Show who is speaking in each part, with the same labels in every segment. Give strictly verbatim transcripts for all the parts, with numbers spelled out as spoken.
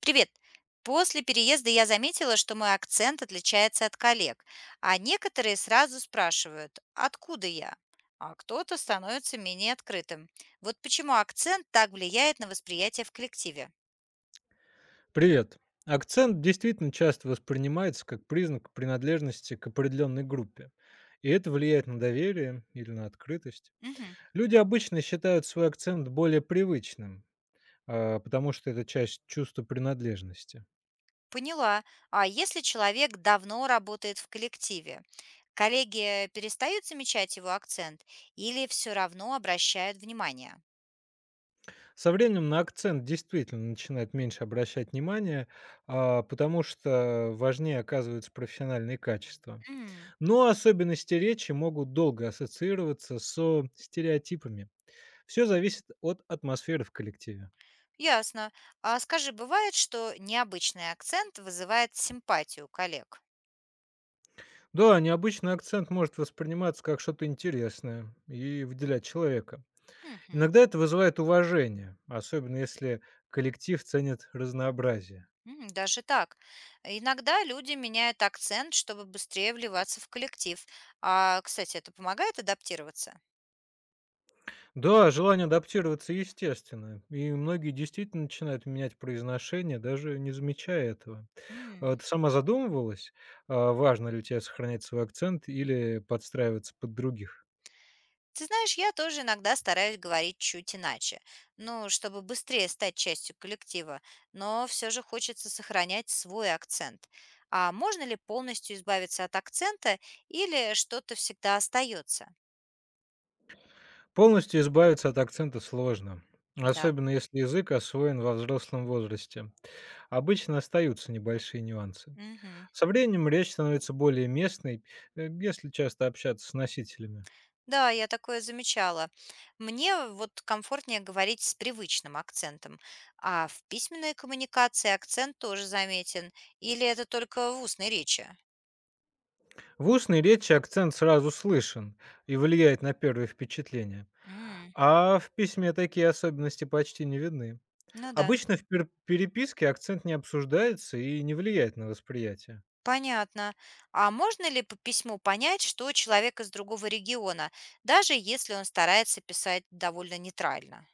Speaker 1: Привет! После переезда я заметила, что мой акцент отличается от коллег, а некоторые сразу спрашивают, откуда я, а кто-то становится менее открытым. Вот почему акцент так влияет на восприятие в коллективе.
Speaker 2: Привет. Акцент действительно часто воспринимается как признак принадлежности к определенной группе. И это влияет на доверие или на открытость.
Speaker 1: Мгм.
Speaker 2: Люди обычно считают свой акцент более привычным, а, потому что это часть чувства принадлежности.
Speaker 1: Поняла. А если человек давно работает в коллективе, коллеги перестают замечать его акцент или все равно обращают внимание?
Speaker 2: Со временем на акцент действительно начинает меньше обращать внимание, а, потому что важнее оказываются профессиональные качества.
Speaker 1: М.
Speaker 2: Но особенности речи могут долго ассоциироваться со стереотипами. Все зависит от атмосферы в коллективе.
Speaker 1: Ясно. А скажи, бывает, что необычный акцент вызывает симпатию коллег?
Speaker 2: Да, необычный акцент может восприниматься как что-то интересное и выделять человека.
Speaker 1: Мгм.
Speaker 2: Иногда это вызывает уважение, особенно если коллектив ценит разнообразие.
Speaker 1: М, даже так. Иногда люди меняют акцент, чтобы быстрее вливаться в коллектив. А, кстати, это помогает адаптироваться?
Speaker 2: Да, желание адаптироваться естественно, и многие действительно начинают менять произношение, даже не замечая этого.
Speaker 1: М.
Speaker 2: А ты сама задумывалась, а, важно ли тебе сохранять свой акцент или подстраиваться под других?
Speaker 1: Ты знаешь, я тоже иногда стараюсь говорить чуть иначе, ну, чтобы быстрее стать частью коллектива, но все же хочется сохранять свой акцент. А можно ли полностью избавиться от акцента или что-то всегда остается?
Speaker 2: Полностью избавиться от акцента сложно,
Speaker 1: Да.
Speaker 2: особенно если язык освоен во взрослом возрасте. Обычно остаются небольшие нюансы.
Speaker 1: Мгм.
Speaker 2: Со временем речь становится более местной, э, если часто общаться с носителями.
Speaker 1: Да, я такое замечала. Мне вот комфортнее говорить с привычным акцентом, а в письменной коммуникации акцент тоже заметен. Или это только в устной речи?
Speaker 2: В устной речи акцент сразу слышен и влияет на первые впечатления.
Speaker 1: М,
Speaker 2: А в письме такие особенности почти не видны.
Speaker 1: ну да,
Speaker 2: Обычно в пер- переписке акцент не обсуждается и не влияет на восприятие.
Speaker 1: понятно. А можно ли по письму понять, что человек из другого региона, даже если он старается писать довольно нейтрально?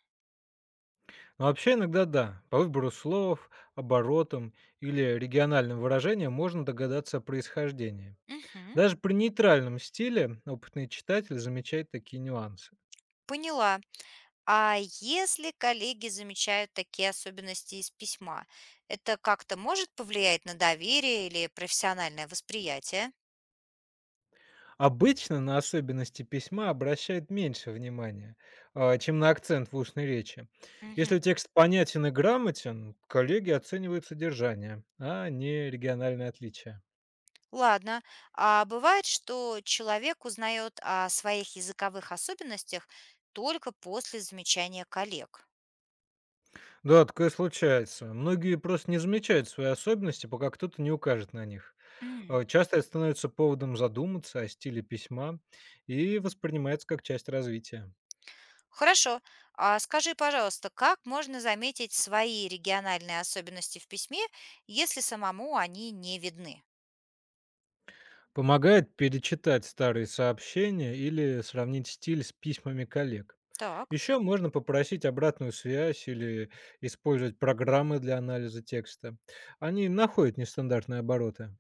Speaker 2: Но вообще иногда да, по выбору слов, оборотам или региональным выражениям можно догадаться о происхождении.
Speaker 1: Мгм,
Speaker 2: Даже при нейтральном стиле опытный читатель замечает такие нюансы.
Speaker 1: поняла. А если коллеги замечают такие особенности из письма, это как-то может повлиять на доверие или профессиональное восприятие?
Speaker 2: Обычно на особенности письма обращает меньше внимания, а, чем на акцент в устной речи. Если
Speaker 1: Мгм.
Speaker 2: текст понятен и грамотен, коллеги оценивают содержание, а не региональные отличия.
Speaker 1: Ладно. А бывает, что человек узнает о своих языковых особенностях только после замечания коллег.
Speaker 2: Да, такое случается. Многие просто не замечают свои особенности, пока кто-то не укажет на них.
Speaker 1: М.
Speaker 2: Э, Часто это становится поводом задуматься о стиле письма и воспринимается как часть развития.
Speaker 1: Хорошо. А скажи, пожалуйста, как можно заметить свои региональные особенности в письме, если самому они не видны?
Speaker 2: Помогает перечитать старые сообщения или сравнить стиль с письмами коллег.
Speaker 1: Так.
Speaker 2: Еще можно попросить обратную связь или использовать программы для анализа текста. Они находят нестандартные обороты.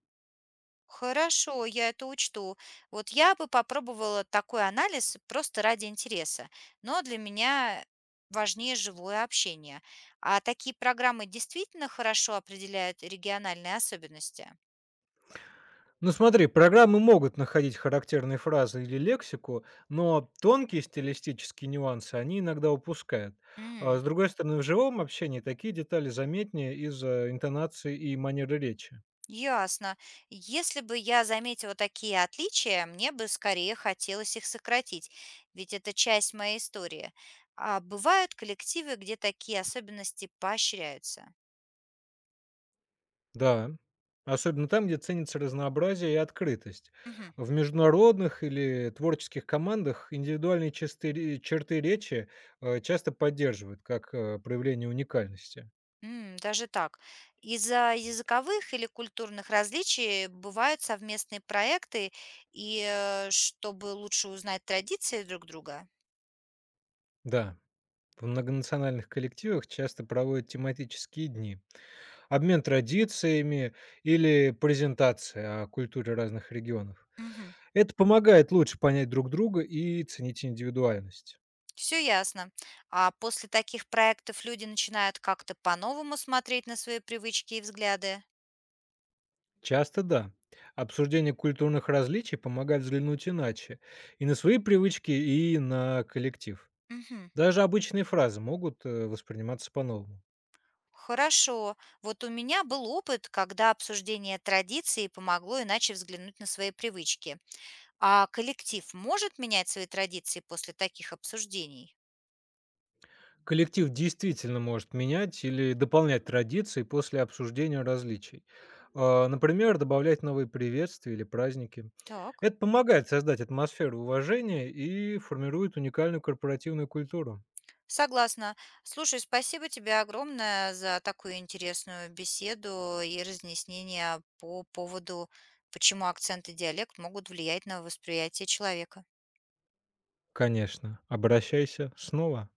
Speaker 1: Хорошо, я это учту. Вот я бы попробовала такой анализ просто ради интереса, но для меня важнее живое общение. А такие программы действительно хорошо определяют региональные особенности?
Speaker 2: Ну смотри, программы могут находить характерные фразы или лексику, но тонкие стилистические нюансы они иногда упускают. А
Speaker 1: М,
Speaker 2: с другой стороны, в живом общении такие детали заметнее из-за интонации и манеры речи.
Speaker 1: ясно. Если бы я заметила такие отличия, мне бы скорее хотелось их сократить, ведь это часть моей истории. А бывают коллективы, где такие особенности поощряются.
Speaker 2: Да, особенно там, где ценится разнообразие и открытость.
Speaker 1: Мгм.
Speaker 2: В международных или творческих командах индивидуальные чисты- черты речи э, часто поддерживают как э, проявление уникальности.
Speaker 1: М, даже так. Из-за языковых или культурных различий бывают совместные проекты, и э, чтобы лучше узнать традиции друг друга.
Speaker 2: Да. В многонациональных коллективах часто проводят тематические дни, обмен традициями или презентации о культуре разных регионов. Это помогает лучше понять друг друга и ценить индивидуальность.
Speaker 1: Все ясно. А после таких проектов люди начинают как-то по-новому смотреть на свои привычки и взгляды.
Speaker 2: Часто да. Обсуждение культурных различий помогает взглянуть иначе и на свои привычки, и на коллектив.
Speaker 1: Мгм.
Speaker 2: Даже обычные фразы могут э, восприниматься по-новому.
Speaker 1: Хорошо. Вот у меня был опыт, когда обсуждение традиций помогло иначе взглянуть на свои привычки. А коллектив может менять свои традиции после таких обсуждений?
Speaker 2: Коллектив действительно может менять или дополнять традиции после обсуждения различий. А, например, добавлять новые приветствия или праздники.
Speaker 1: Так.
Speaker 2: Это помогает создать атмосферу уважения и формирует уникальную корпоративную культуру.
Speaker 1: Согласна. Слушай, спасибо тебе огромное за такую интересную беседу и разъяснения по поводу, почему акцент и диалект могут влиять на восприятие человека.
Speaker 2: Конечно, обращайся снова.